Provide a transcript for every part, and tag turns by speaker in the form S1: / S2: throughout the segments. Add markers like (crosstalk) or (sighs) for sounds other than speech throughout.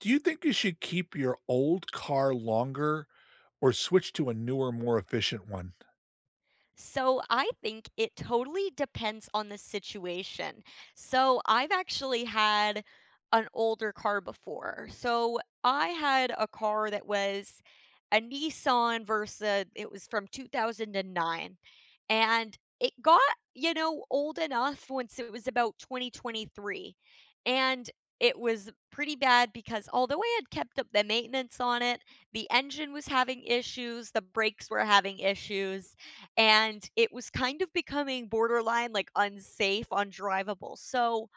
S1: Do you think you should keep your old car longer or switch to a newer, more efficient one?
S2: So I think it totally depends on the situation. So I've actually had an older car before. So I had a car that was a Nissan Versa. It was from 2009 and it got old enough once it was about 2023. And it was pretty bad because although I had kept up the maintenance on it, the engine was having issues, the brakes were having issues and it was kind of becoming borderline, like, unsafe, undrivable, so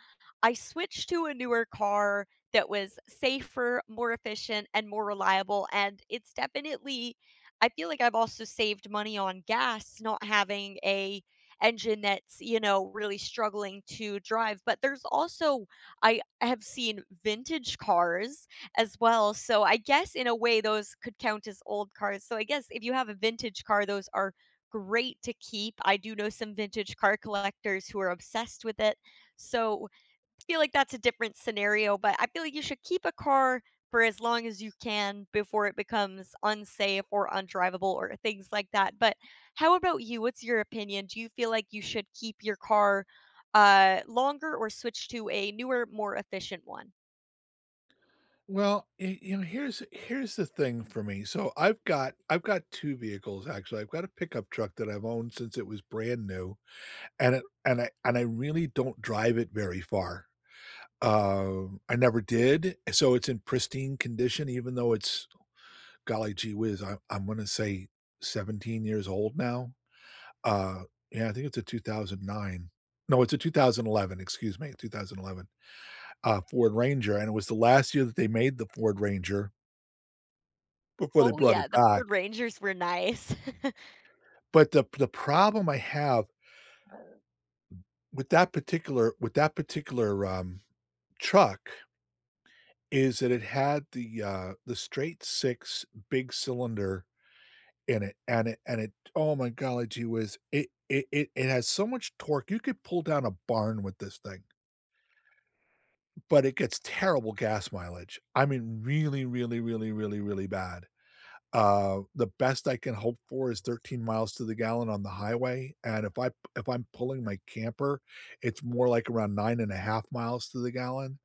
S2: I switched to a newer car that was safer, more efficient, and more reliable, and it's definitely I feel like I've also saved money on gas not having a engine that's really struggling to drive, but there's also I have seen vintage cars as well, so I guess in a way those could count as old cars, so I guess if you have a vintage car, those are great to keep. I do know some vintage car collectors who are obsessed with it. So I feel like that's a different scenario, but I feel like you should keep a car for as long as you can before it becomes unsafe or undrivable or things like that. But how about you? What's your opinion? Do you feel like you should keep your car longer or switch to a newer, more efficient one?
S1: Well, here's the thing for me. So I've got 2 vehicles actually. I've got a pickup truck that I've owned since it was brand new, and I really don't drive it very far. I never did, so it's in pristine condition even though it's golly gee whiz, I'm gonna say 17 years old now. Uh, yeah, I think it's a 2009. No, it's a 2011, excuse me, 2011, Ford Ranger, and it was the last year that they made the Ford Ranger before they
S2: Oh,
S1: brought
S2: yeah.
S1: it
S2: The
S1: back.
S2: Ford Rangers were nice. (laughs)
S1: But the problem I have with that particular, truck is that it had the straight 6 big cylinder in it, and it oh my golly gee whiz, it has so much torque, you could pull down a barn with this thing. But it gets terrible gas mileage. I mean, really, really, really, really, really bad. The best I can hope for is 13 miles to the gallon on the highway, and if I'm pulling my camper, it's more like around 9.5 miles to the gallon,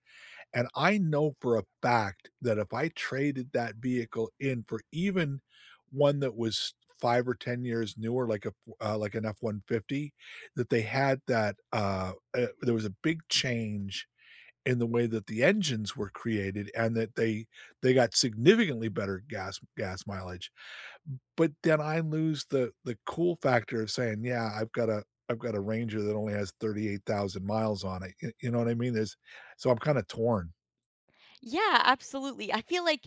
S1: and I know for a fact that if I traded that vehicle in for even one that was 5 or 10 years newer, like a like an F-150, that they had that, there was a big change in the way that the engines were created and that they got significantly better gas mileage. But then I lose the cool factor of saying, "Yeah, I've got a Ranger that only has 38,000 miles on it." Y you know what I mean? There's so I'm kinda torn.
S2: Yeah, absolutely. I feel like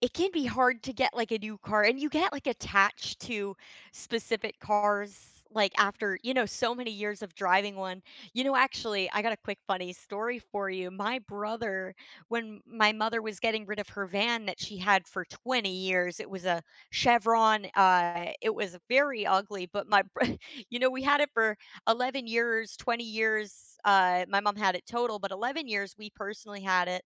S2: it can be hard to get like a new car and you get like attached to specific cars like after, you know, so many years of driving one. You know, actually, I got a quick funny story for you. My brother, when my mother was getting rid of her van that she had for 20 years, it was a Chevron. It was very ugly, but (laughs) you know, we had it for 11 years, 20 years. My mom had it total, but 11 years we personally had it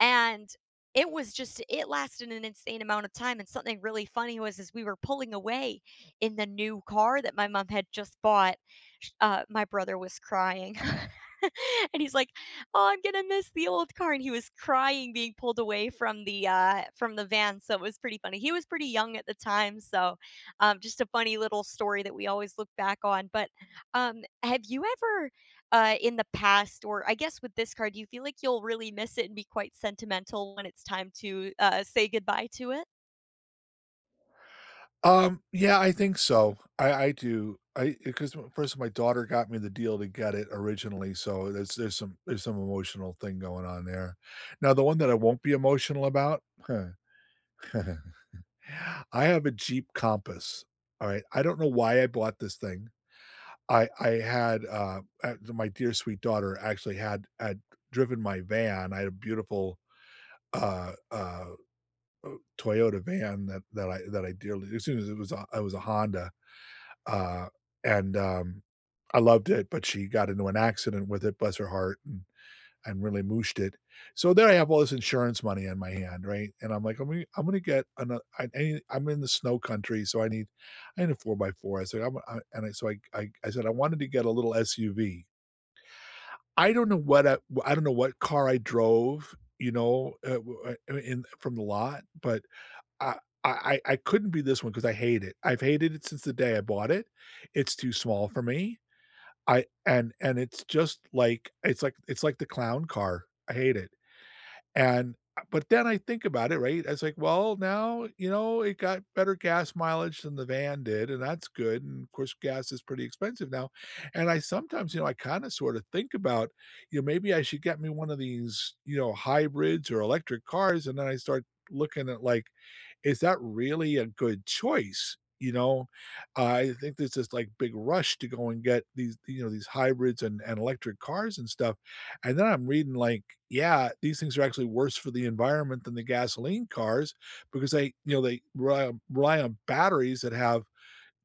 S2: and it was just it lasted an insane amount of time and something really funny was as we were pulling away in the new car that my mom had just bought my brother was crying (laughs) and he's like oh I'm gonna miss the old car and he was crying being pulled away from the van so it was pretty funny he was pretty young at the time so just a funny little story that we always look back on but have you ever in the past, or I guess with this card, do you feel like you'll really miss it and be quite sentimental when it's time to say goodbye to it?
S1: Yeah, I think so. I do. I because first my daughter got me the deal to get it originally, so there's some there's some emotional thing going on there. Now the one that I won't be emotional about (laughs) I have a Jeep Compass, alright? I don't know why I bought this thing. I had, my dear sweet daughter actually had driven my van. I had a beautiful, uh, uh, Toyota van that I dearly as soon as it was a Honda, uh, and, I loved it, but she got into an accident with it, bless her heart, and really mooshed it. So there I have all this insurance money on my hand, right? And I'm like, I'm gonna get another. I'm in the snow country, so I need a four by four. I said, I'm, I, and I, so I said I wanted to get a little SUV. I don't know what I, I don't know what car I drove, you know, in from the lot, but I couldn't be this one because I hate it. I've hated it since the day I bought it. It's too small for me. I and it's just like it's like the clown car. I hate it. And but then I think about it, right? I was like, well, now, you know, it got better gas mileage than the van did, and that's good. And of course, gas is pretty expensive now. And I sometimes, you know, I kind of sort of think about, you know, maybe I should get me one of these, you know, hybrids or electric cars. And then I start looking at like, is that really a good choice? You know, I think there's this like big rush to go and get these, you know, these hybrids and electric cars and stuff. And then I'm reading like, yeah, these things are actually worse for the environment than the gasoline cars because they, you know, rely on batteries that have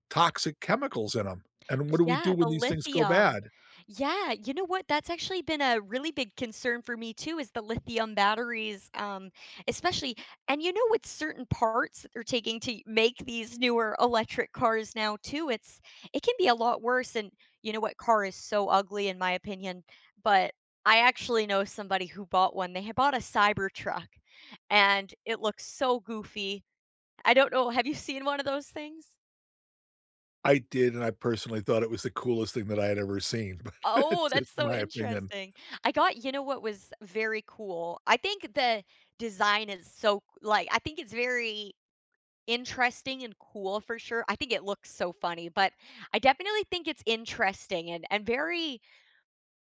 S1: toxic chemicals in them. And what do we
S2: Yeah,
S1: do
S2: the
S1: when these things go
S2: lithium.
S1: bad?
S2: Yeah, you know what? That's actually been a really big concern for me too is the lithium batteries, especially and you know with certain parts that they're taking to make these newer electric cars now too, it's it can be a lot worse and you know what? Car is so ugly in my opinion, but I actually know somebody who bought one. They had bought a Cybertruck and it looks so goofy. I don't know, have you seen one of those things?
S1: I did, and I personally thought it was the coolest thing that I had ever seen, (laughs) but
S2: Oh,
S1: it's
S2: that's
S1: just
S2: so
S1: my opinion.
S2: interesting. I got you know what was very cool? I think the design is so like, I think it's very interesting and cool for sure. I think it looks so funny, but I definitely think it's interesting and very,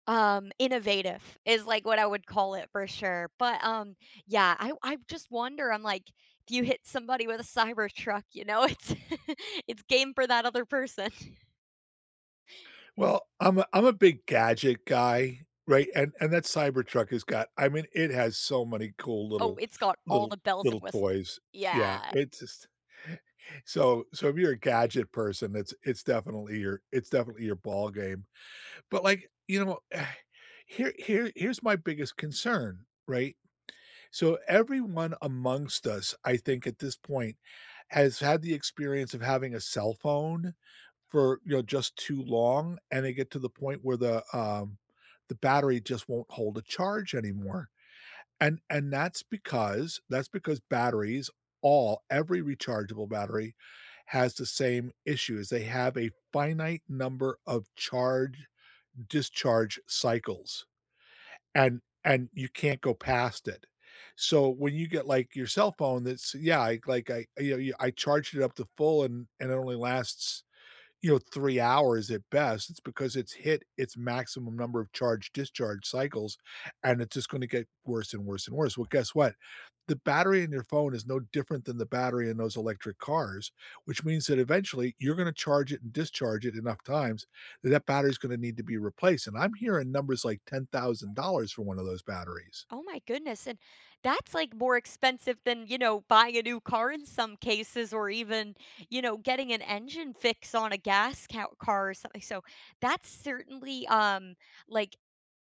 S2: um, innovative is, like, what I would call it for sure. But, yeah, I just wonder, I'm like, if you hit somebody with a cyber truck, you know, it's (laughs) it's game for that other person. (laughs)
S1: Well, I'm a big gadget guy, right? And that Cybertruck has got I mean, it has so many cool
S2: Oh,
S1: little
S2: it's got all
S1: little
S2: the bells and whistles.
S1: toys. Yeah,
S2: Yeah.
S1: it's just (laughs) so so if you're a gadget person, it's definitely your ball game. But like, you know, (sighs) here's my biggest concern, right? So everyone amongst us, I think at this point, has had the experience of having a cell phone for, you know, just too long, and they get to the point where the battery just won't hold a charge anymore, and that's because batteries, all every rechargeable battery has the same issue, is they have a finite number of charge discharge cycles, and you can't go past it. So, when you get, like, your cell phone that's yeah, I you know, you- I charged it up to full and it only lasts you know, 3 hours at best. It's because it's hit its maximum number of charge discharge cycles, and it's just gonna get worse and worse and worse. Well, guess what? The battery in your phone is no different than the battery in those electric cars, which means that eventually you're gonna charge it and discharge it enough times that that battery's gonna need to be replaced, and I'm hearing numbers like $10,000 for one of those batteries.
S2: Oh my goodness, and that's, like, more expensive than, you know, buying a new car in some cases or even, you know, getting an engine fix on a gas cow car or something, so that's certainly, like,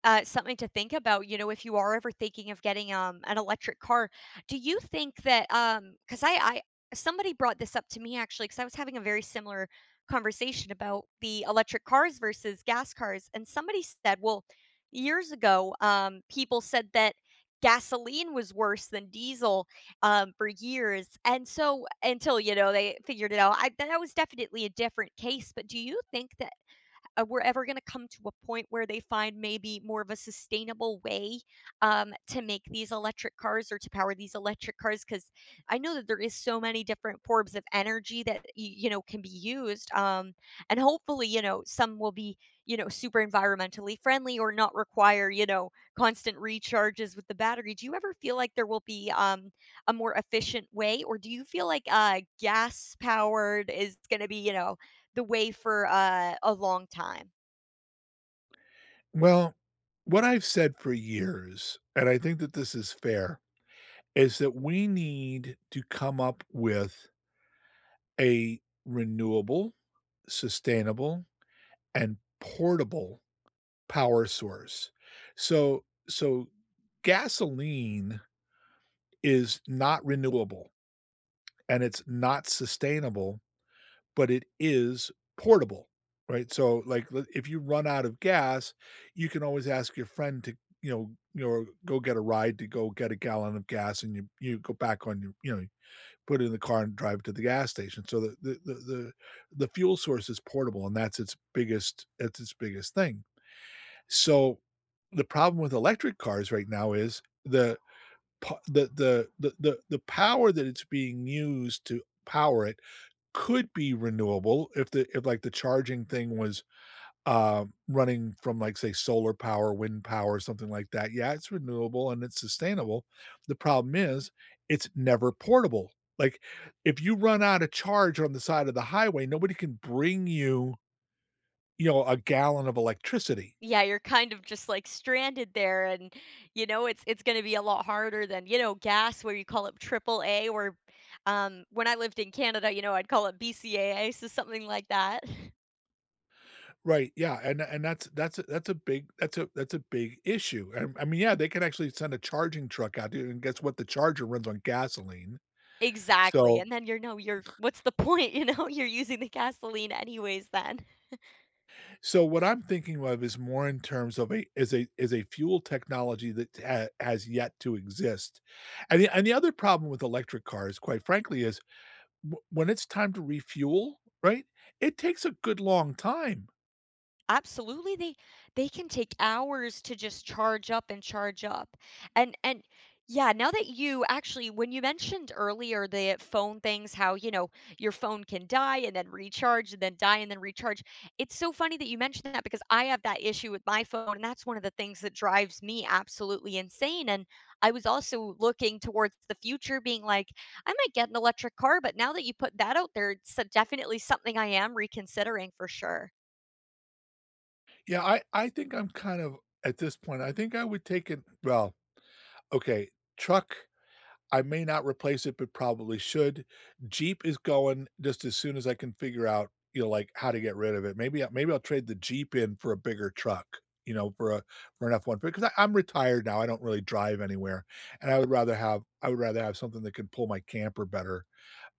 S2: something to think about, you know, if you are ever thinking of getting an electric car. Do you think that because I somebody brought this up to me actually because I was having a very similar conversation about the electric cars versus gas cars, and somebody said, well, years ago, people said that gasoline was worse than diesel, for years, and so until, you know, they figured it out. I that was definitely a different case, but do you think that we're ever going to come to a point where they find maybe more of a sustainable way to make these electric cars or to power these electric cars because I know that there is so many different forms of energy that you know can be used, and hopefully you know some will be you know super environmentally friendly or not require you know constant recharges with the battery do you ever feel like there will be a more efficient way or do you feel like gas powered is going to be you know the way for a long time.
S1: Well, what I've said for years, and I think that this is fair, is that we need to come up with a renewable, sustainable, and portable power source. So gasoline is not renewable and it's not sustainable, but it is portable, right? So, like, if you run out of gas, you can always ask your friend to, you know, go get a ride to go get a gallon of gas, and you go back on your, you know, put it in the car and drive to the gas station. So the fuel source is portable, and that's its biggest thing. So the problem with electric cars right now is the the power that it's being used to power it could be renewable if the if like the charging thing was running from, like, say, solar power, wind power, something like that. Yeah, it's renewable and it's sustainable. The problem is it's never portable. Like, if you run out of charge on the side of the highway, nobody can bring you, you know, a gallon of electricity.
S2: Yeah, you're kind of just, like, stranded there and, you know, it's gonna be a lot harder than, you know, gas where you call it triple A or, when I lived in Canada, you know, I'd call it BCAA, so something like that. (laughs)
S1: Right. Yeah. And that's that's a big issue. I mean, yeah, they can actually send a charging truck out there, and guess what? The charger runs on gasoline.
S2: Exactly, and
S1: So
S2: then you're no, you're what's the point, (laughs) you know? You're using the gasoline anyways then.
S1: So what I'm thinking of is more in terms of a is a is a fuel technology that ha has yet to exist, and the other problem with electric cars, quite frankly, is w when it's time to refuel, right, it takes a good long time.
S2: Absolutely, they can take hours to just charge up. And yeah, now that you actually when you mentioned earlier the phone things, how, you know, your phone can die and then recharge and then die and then recharge. It's so funny that you mentioned that because I have that issue with my phone and that's one of the things that drives me absolutely insane. And I was also looking towards the future being like, I might get an electric car, but now that you put that out there, it's definitely something I am reconsidering for sure.
S1: Yeah, I think I'm kind of at this point, I think I would take it. Well, okay, truck I may not replace it, but probably should. Jeep is going just as soon as I can figure out, you know, like, how to get rid of it. Maybe I'll trade the Jeep in for a bigger truck, you know, for an F-150 because I am retired now, I don't really drive anywhere, and I would rather have something that can pull my camper better,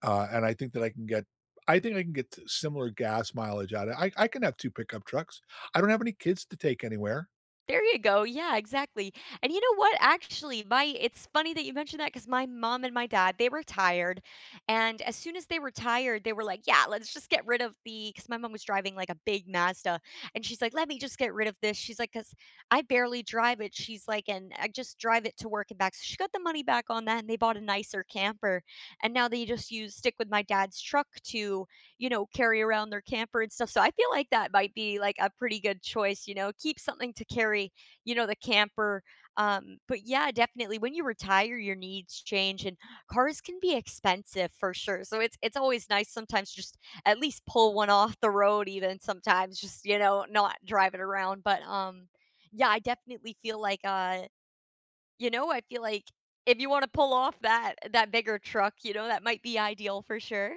S1: and I think that I think I can get similar gas mileage out of it. I can have 2 pickup trucks. I don't have any kids to take anywhere.
S2: There you go. Yeah, exactly. And you know what? Actually, my it's funny that you mentioned that because my mom and my dad, they were tired. And as soon as they were tired, they were like, yeah, let's just get rid of the because my mom was driving like a big Mazda. And she's like, let me just get rid of this. She's like, because I barely drive it. She's like, and I just drive it to work and back. So she got the money back on that and they bought a nicer camper. And now they just use stick with my dad's truck to you know, carry around their camper and stuff. So I feel like that might be like a pretty good choice, you know, keep something to carry, you know, the camper. But yeah, definitely when you retire, your needs change and cars can be expensive for sure. So it's always nice sometimes just at least pull one off the road even sometimes just, you know, not drive it around. But yeah, I definitely feel like you know, I feel like if you want to pull off that bigger truck, you know, that might be ideal for sure.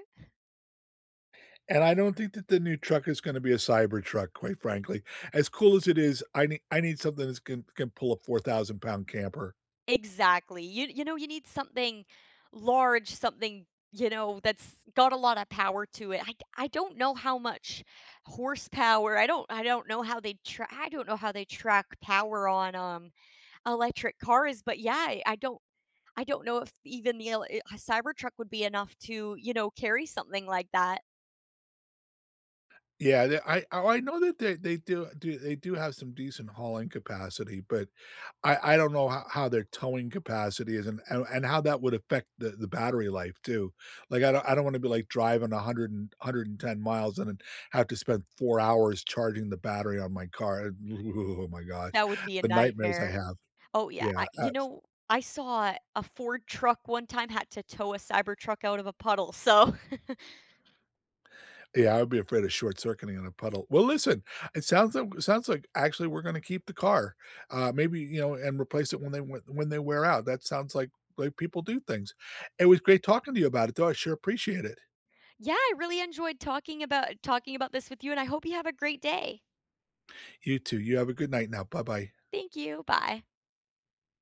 S1: And I don't think that the new truck is gonna be a cyber truck, quite frankly. As cool as it is, I need something that can pull a 4,000 pound camper.
S2: Exactly. You know, you need something large, something, you know, that's got a lot of power to it. I don't know how much horsepower. I don't know how they tra I don't know how they track power on, electric cars, but yeah, I don't I don't know if even the a Cybertruck would be enough to, you know, carry something like that.
S1: Yeah, the I oh, I know that they do they do have some decent hauling capacity, but I don't know how their towing capacity is and how that would affect the battery life too. Like, I don't wanna be, like, driving a hundred and 110 miles and then have to spend 4 hours charging the battery on my car. (laughs) Oh my gosh,
S2: That would be a
S1: the nightmares I
S2: nightmare.
S1: have.
S2: Oh, yeah.
S1: Yeah,
S2: I you know, I saw a Ford truck one time had to tow a Cybertruck out of a puddle, so (laughs)
S1: Yeah, I would be afraid of short circuiting in a puddle. Well, listen, it sounds like actually we're going to keep the car, maybe you know, and replace it when they went when they wear out. That sounds like people do things. It was great talking to you about it, though. I sure appreciate it.
S2: Yeah, I really enjoyed talking about this with you, and I hope you have a great day.
S1: You too. You have a good night now. Bye bye.
S2: Thank you. Bye.